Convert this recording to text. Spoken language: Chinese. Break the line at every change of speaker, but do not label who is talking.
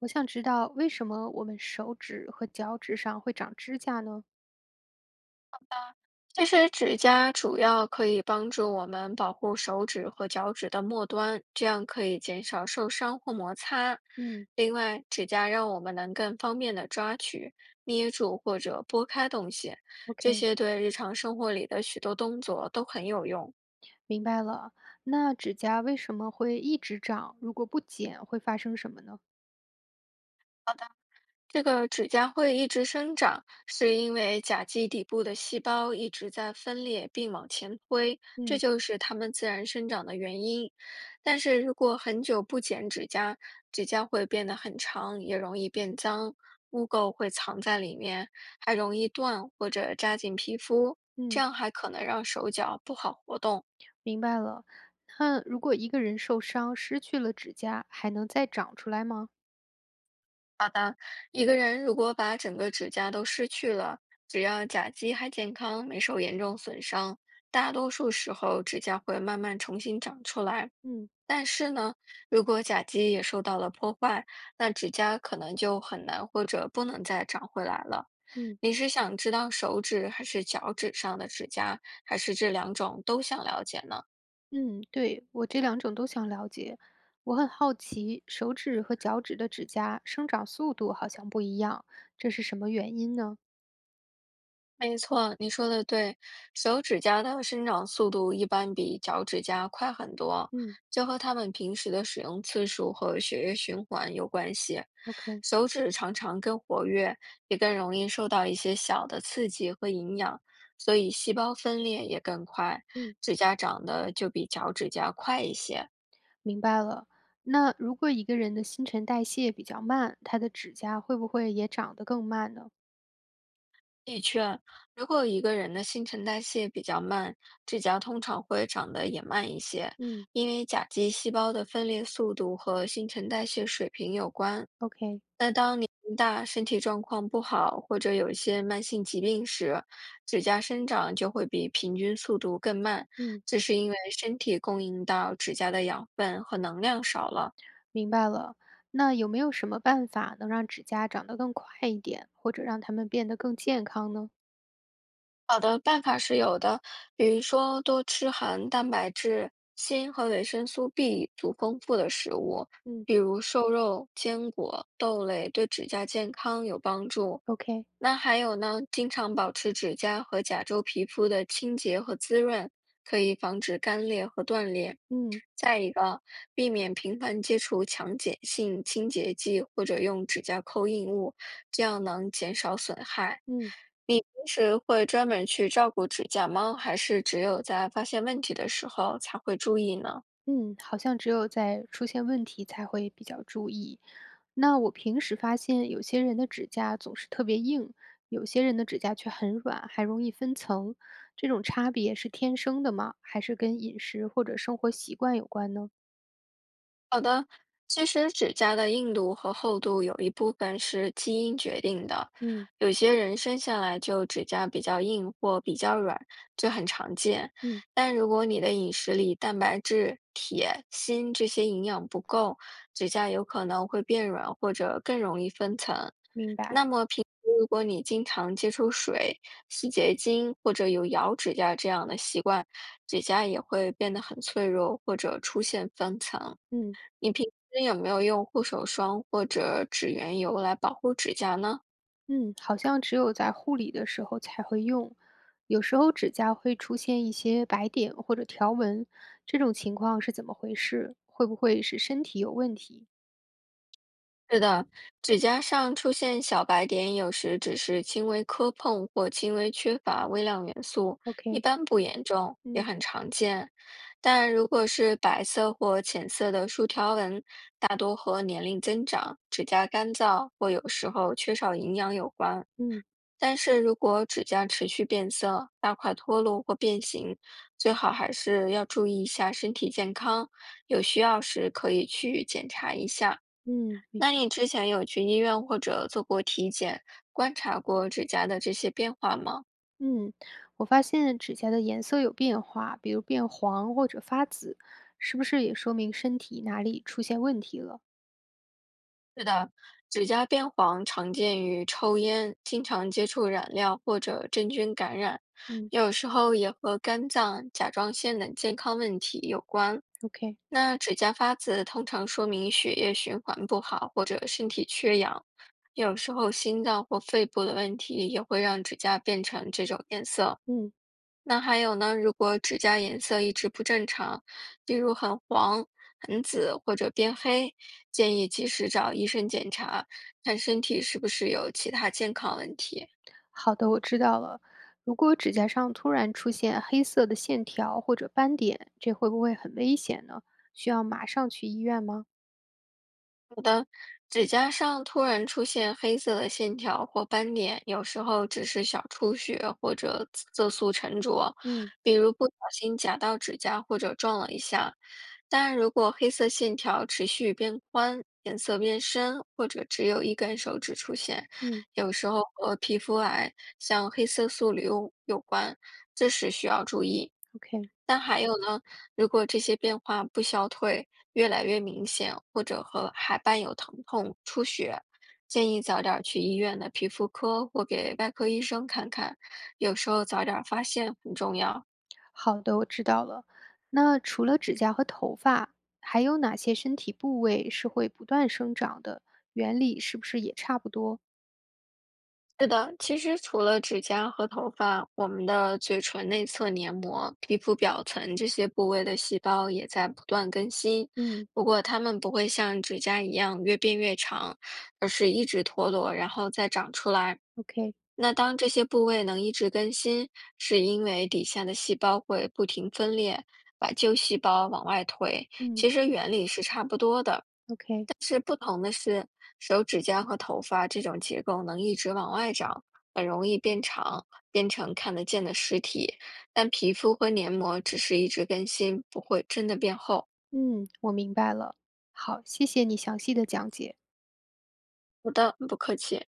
我想知道为什么我们手指和脚趾上会长指甲呢？
其实指甲主要可以帮助我们保护手指和脚趾的末端，这样可以减少受伤或摩擦。
嗯
另外，指甲让我们能更方便的抓取、捏住或者拨开东西，这
，OK，
些对日常生活里的许多动作都很有用。
明白了。那指甲为什么会一直长？如果不剪，会发生什么呢？
这个指甲会一直生长，是因为甲基底部的细胞一直在分裂并往前推，这
嗯
就是它们自然生长的原因。但是如果很久不剪指甲，指甲会变得很长，也容易变脏，污垢会藏在里面，还容易断或者扎进皮肤，这
嗯，
样还可能让手脚不好活动。
明白了。那如果一个人受伤，失去了指甲，还能再长出来吗？
一个人如果把整个指甲都失去了，只要甲基还健康，没受严重损伤，大多数时候指甲会慢慢重新长出来。
嗯
但是呢，如果甲基也受到了破坏，那指甲可能就很难或者不能再长回来了。
嗯
你是想知道手指还是脚趾上的指甲，还是这两种都想了解呢？
嗯，对，我这两种都想了解。我很好奇，手指和脚趾的指甲生长速度好像不一样，这是什么原因呢？
没错，你说的对，手指甲的生长速度一般比脚趾甲快很多，
嗯
这和他们平时的使用次数和血液循环有关系。
，OK，
手指常常更活跃，也更容易受到一些小的刺激和营养，所以细胞分裂也更快，
嗯。
指甲长得就比脚趾甲快一些。
明白了。那如果一个人的新陈代谢比较慢，他的指甲会不会也长得更慢呢？
的确，如果一个人的新陈代谢比较慢，指甲通常会长得也慢一些，
嗯
因为甲基细胞的分裂速度和新陈代谢水平有关。
，OK，
那当年龄大、身体状况不好或者有一些慢性疾病时，指甲生长就会比平均速度更慢，
嗯，
这是因为身体供应到指甲的养分和能量少了。
明白了。那有没有什么办法能让指甲长得更快一点，或者让它们变得更健康呢？
好的办法是有的，比如说多吃含蛋白质、锌和维生素 B 族丰富的食物，
嗯
比如瘦肉、坚果、豆类，对指甲健康有帮助。
，OK，
那还有呢，经常保持指甲和甲周皮肤的清洁和滋润，可以防止干裂和断裂。
嗯
再一个，避免频繁接触强碱性清洁剂或者用指甲抠硬物，这样能减少损害。
嗯。
你平时会专门去照顾指甲吗？还是只有在发现问题的时候才会注意呢？
嗯，好像只有在出现问题才会比较注意。那我平时发现有些人的指甲总是特别硬，有些人的指甲却很软，还容易分层。这种差别是天生的吗？还是跟饮食或者生活习惯有关呢？
好的，其实指甲的硬度和厚度有一部分是基因决定的，
嗯
有些人生下来就指甲比较硬或比较软，这很常见。
嗯，
但如果你的饮食里蛋白质、铁、锌这些营养不够，指甲有可能会变软或者更容易分层。
明白。
那么平时如果你经常接触水、洗洁精或者有咬指甲这样的习惯，指甲也会变得很脆弱或者出现分层。
嗯
你平时有没有用护手霜或者指缘油来保护指甲呢？
嗯，好像只有在护理的时候才会用。有时候指甲会出现一些白点或者条纹，这种情况是怎么回事？会不会是身体有问题
是的，指甲上出现小白点，有时只是轻微磕碰或轻微缺乏微量元素，一
？OK，
般不严重，也
嗯。
很常见。但如果是白色或浅色的竖条纹，大多和年龄增长、指甲干燥或有时候缺少营养有关。
嗯
但是如果指甲持续变色、大块脱落或变形，最好还是要注意一下身体健康，有需要时可以去检查一下。
嗯明
那你之前有去医院或者做过体检，观察过指甲的这些变化吗？
嗯，我发现指甲的颜色有变化，比如变黄或者发紫，是不是也说明身体哪里出现问题了？
是的，指甲变黄常见于抽烟、经常接触染料或者真菌感染，
嗯
有时候也和肝脏、甲状腺等健康问题有关。
，OK，
那指甲发紫通常说明血液循环不好或者身体缺氧，有时候心脏或肺部的问题也会让指甲变成这种颜色。
嗯，
那还有呢，如果指甲颜色一直不正常，比如很黄、很紫或者变黑，建议及时找医生检查，看身体是不是有其他健康问题。
好的，我知道了。如果指甲上突然出现黑色的线条或者斑点，这会不会很危险呢？需要马上去医院吗？
指甲上突然出现黑色的线条或斑点，有时候只是小出血或者紫色素沉着，
嗯
比如不小心夹到指甲或者撞了一下。但如果黑色线条持续变宽、颜色变深，或者只有一根手指出现，
嗯
有时候和皮肤癌、像黑色素瘤有关，这时需要注意。
，OK。
但还有呢，如果这些变化不消退，越来越明显，或者和还伴有疼痛、出血，建议早点儿去医院的皮肤科或给外科医生看看。有时候早点儿发现很重要。
好的，我知道了。那除了指甲和头发，还有哪些身体部位是会不断生长的？原理是不是也差不多？
是的，其实除了指甲和头发，我们的嘴唇内侧黏膜、皮肤表层这些部位的细胞也在不断更新，
嗯
不过它们不会像指甲一样越变越长，而是一直脱落，然后再长出来。
，OK，
那当这些部位能一直更新，是因为底下的细胞会不停分裂，把旧细胞往外推。
嗯
其实原理是差不多的，
，OK，
是不同的是，手指甲和头发这种结构能一直往外长，很容易变长，变成看得见的实体。但皮肤和黏膜只是一直更新，不会真的变厚。
嗯，我明白了。好，谢谢你详细的讲解。
好的，不客气。